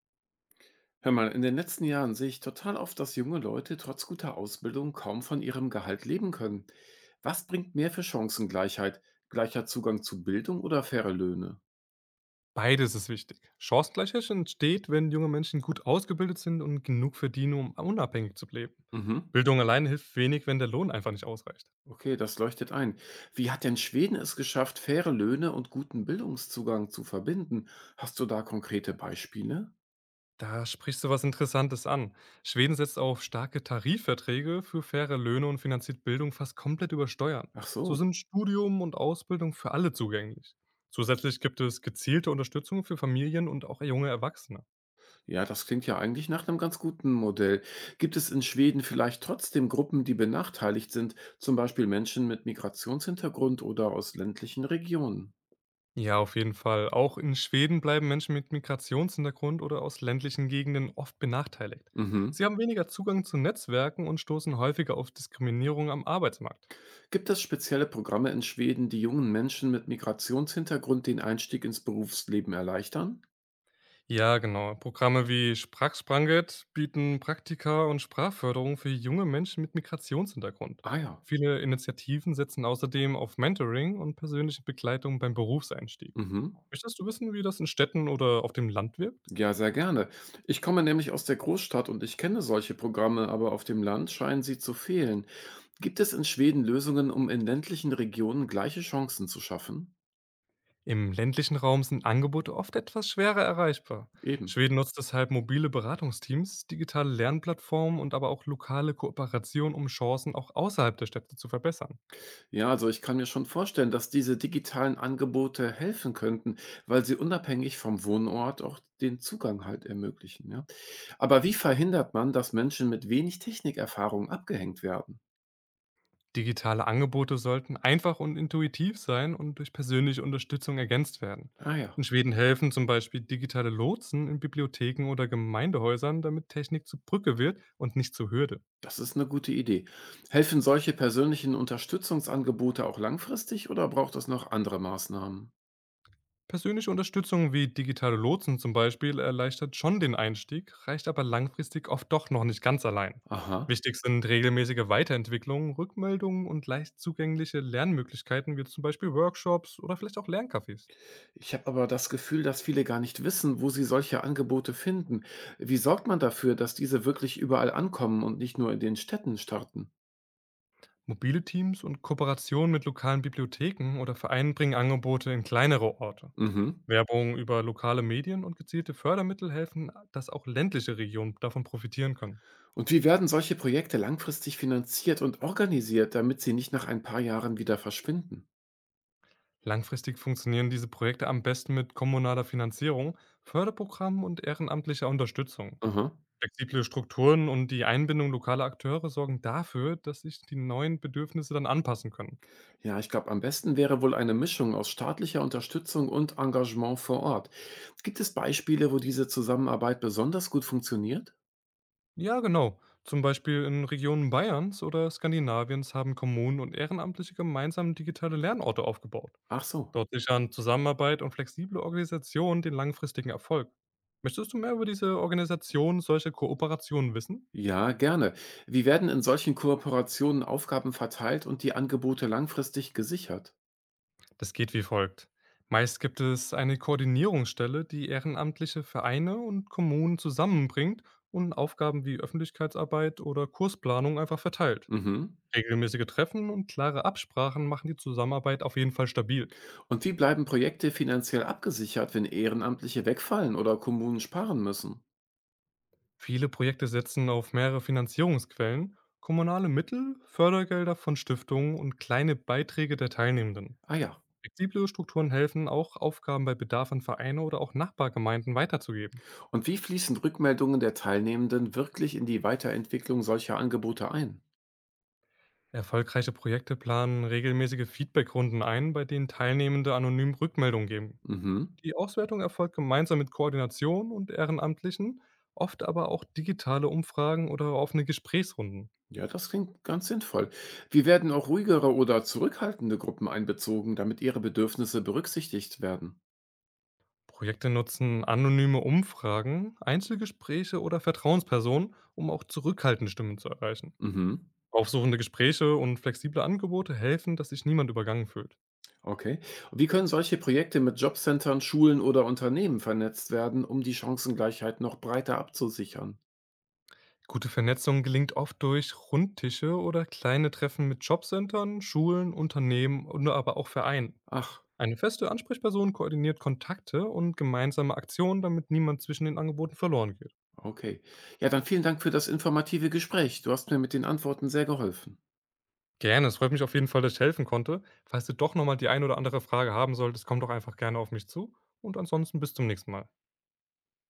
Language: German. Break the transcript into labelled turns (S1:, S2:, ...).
S1: Hör mal, in den letzten Jahren sehe ich total oft, dass junge Leute trotz guter Ausbildung kaum von ihrem Gehalt leben können. Was bringt mehr für Chancengleichheit? Gleicher Zugang zu Bildung oder faire Löhne?
S2: Beides ist wichtig. Chancengleichheit entsteht, wenn junge Menschen gut ausgebildet sind und genug verdienen, um unabhängig zu leben.
S1: Mhm.
S2: Bildung allein hilft wenig, wenn der Lohn einfach nicht ausreicht.
S1: Okay, das leuchtet ein. Wie hat denn Schweden es geschafft, faire Löhne und guten Bildungszugang zu verbinden? Hast du da konkrete Beispiele?
S2: Da sprichst du was Interessantes an. Schweden setzt auf starke Tarifverträge für faire Löhne und finanziert Bildung fast komplett über Steuern.
S1: Ach
S2: So
S1: so.
S2: sind Studium und Ausbildung für alle zugänglich. Zusätzlich gibt es gezielte Unterstützung für Familien und auch junge Erwachsene.
S1: Ja, das klingt ja eigentlich nach einem ganz guten Modell. Gibt es in Schweden vielleicht trotzdem Gruppen, die benachteiligt sind, zum Beispiel Menschen mit Migrationshintergrund oder aus ländlichen Regionen?
S2: Ja, auf jeden Fall. Auch in Schweden bleiben Menschen mit Migrationshintergrund oder aus ländlichen Gegenden oft benachteiligt.
S1: Mhm.
S2: Sie haben weniger Zugang zu Netzwerken und stoßen häufiger auf Diskriminierung am Arbeitsmarkt.
S1: Gibt es spezielle Programme in Schweden, die jungen Menschen mit Migrationshintergrund den Einstieg ins Berufsleben erleichtern?
S2: Ja, genau. Programme wie Sprachspranget bieten Praktika und Sprachförderung für junge Menschen mit Migrationshintergrund.
S1: Ah ja.
S2: Viele Initiativen setzen außerdem auf Mentoring und persönliche Begleitung beim Berufseinstieg.
S1: Mhm.
S2: Möchtest du wissen, wie das in Städten oder auf dem Land wirkt?
S1: Ja, sehr gerne. Ich komme nämlich aus der Großstadt und ich kenne solche Programme, aber auf dem Land scheinen sie zu fehlen. Gibt es in Schweden Lösungen, um in ländlichen Regionen gleiche Chancen zu schaffen?
S2: Im ländlichen Raum sind Angebote oft etwas schwerer erreichbar.
S1: Eben.
S2: Schweden nutzt deshalb mobile Beratungsteams, digitale Lernplattformen und aber auch lokale Kooperation, um Chancen auch außerhalb der Städte zu verbessern.
S1: Ja, also ich kann mir schon vorstellen, dass diese digitalen Angebote helfen könnten, weil sie unabhängig vom Wohnort auch den Zugang halt ermöglichen. Ja? Aber wie verhindert man, dass Menschen mit wenig Technikerfahrung abgehängt werden?
S2: Digitale Angebote sollten einfach und intuitiv sein und durch persönliche Unterstützung ergänzt werden.
S1: Ah ja,
S2: In Schweden helfen zum Beispiel digitale Lotsen in Bibliotheken oder Gemeindehäusern, damit Technik zur Brücke wird und nicht zur Hürde.
S1: das ist eine gute Idee. Helfen solche persönlichen Unterstützungsangebote auch langfristig oder braucht es noch andere Maßnahmen?
S2: Persönliche Unterstützung wie digitale Lotsen zum Beispiel erleichtert schon den Einstieg, reicht aber langfristig oft doch noch nicht ganz allein.
S1: Aha.
S2: Wichtig sind regelmäßige Weiterentwicklungen, Rückmeldungen und leicht zugängliche Lernmöglichkeiten wie zum Beispiel Workshops oder vielleicht auch Lerncafés.
S1: Ich habe aber das Gefühl, dass viele gar nicht wissen, wo sie solche Angebote finden. Wie sorgt man dafür, dass diese wirklich überall ankommen und nicht nur in den Städten starten?
S2: Mobile Teams und Kooperationen mit lokalen Bibliotheken oder Vereinen bringen Angebote in kleinere Orte.
S1: Mhm.
S2: Werbung über lokale Medien und gezielte Fördermittel helfen, dass auch ländliche Regionen davon profitieren können.
S1: Und wie werden solche Projekte langfristig finanziert und organisiert, damit sie nicht nach ein paar Jahren wieder verschwinden?
S2: Langfristig funktionieren diese Projekte am besten mit kommunaler Finanzierung, Förderprogrammen und ehrenamtlicher Unterstützung.
S1: Aha.
S2: Flexible Strukturen und die Einbindung lokaler Akteure sorgen dafür, dass sich die neuen Bedürfnisse dann anpassen können.
S1: Ja, ich glaube, am besten wäre wohl eine Mischung aus staatlicher Unterstützung und Engagement vor Ort. Gibt es Beispiele, wo diese Zusammenarbeit besonders gut funktioniert?
S2: Ja, genau. Zum Beispiel in Regionen Bayerns oder Skandinaviens haben Kommunen und Ehrenamtliche gemeinsam digitale Lernorte aufgebaut.
S1: Ach so.
S2: Dort sichern Zusammenarbeit und flexible Organisation den langfristigen Erfolg. Möchtest du mehr über diese Organisation solcher Kooperationen wissen?
S1: Ja, gerne. Wie werden in solchen Kooperationen Aufgaben verteilt und die Angebote langfristig gesichert?
S2: Das geht wie folgt. Meist gibt es eine Koordinierungsstelle, die ehrenamtliche Vereine und Kommunen zusammenbringt und Aufgaben wie Öffentlichkeitsarbeit oder Kursplanung einfach verteilt.
S1: Mhm.
S2: Regelmäßige Treffen und klare Absprachen machen die Zusammenarbeit auf jeden Fall stabil.
S1: Und wie bleiben Projekte finanziell abgesichert, wenn Ehrenamtliche wegfallen oder Kommunen sparen müssen?
S2: Viele Projekte setzen auf mehrere Finanzierungsquellen, kommunale Mittel, Fördergelder von Stiftungen und kleine Beiträge der Teilnehmenden.
S1: Ah ja.
S2: Flexible Strukturen helfen auch, Aufgaben bei Bedarf an Vereine oder auch Nachbargemeinden weiterzugeben.
S1: Und wie fließen Rückmeldungen der Teilnehmenden wirklich in die Weiterentwicklung solcher Angebote ein?
S2: Erfolgreiche Projekte planen regelmäßige Feedbackrunden ein, bei denen Teilnehmende anonym Rückmeldungen geben.
S1: Mhm.
S2: Die Auswertung erfolgt gemeinsam mit Koordination und Ehrenamtlichen, oft aber auch digitale Umfragen oder offene Gesprächsrunden.
S1: Ja, das klingt ganz sinnvoll. Wie werden auch ruhigere oder zurückhaltende Gruppen einbezogen, damit ihre Bedürfnisse berücksichtigt werden?
S2: Projekte nutzen anonyme Umfragen, Einzelgespräche oder Vertrauenspersonen, um auch zurückhaltende Stimmen zu erreichen.
S1: Mhm.
S2: Aufsuchende Gespräche und flexible Angebote helfen, dass sich niemand übergangen fühlt.
S1: Okay. Wie können solche Projekte mit Jobcentern, Schulen oder Unternehmen vernetzt werden, um die Chancengleichheit noch breiter abzusichern?
S2: Gute Vernetzung gelingt oft durch Rundtische oder kleine Treffen mit Jobcentern, Schulen, Unternehmen und aber auch Vereinen.
S1: Ach,
S2: Eine feste Ansprechperson koordiniert Kontakte und gemeinsame Aktionen, damit niemand zwischen den Angeboten verloren geht.
S1: okay. Ja, dann vielen Dank für das informative Gespräch. Du hast mir mit den Antworten sehr geholfen.
S2: Gerne, es freut mich auf jeden Fall, dass ich helfen konnte. Falls du doch nochmal die ein oder andere Frage haben solltest, komm doch einfach gerne auf mich zu. Und ansonsten bis zum nächsten Mal.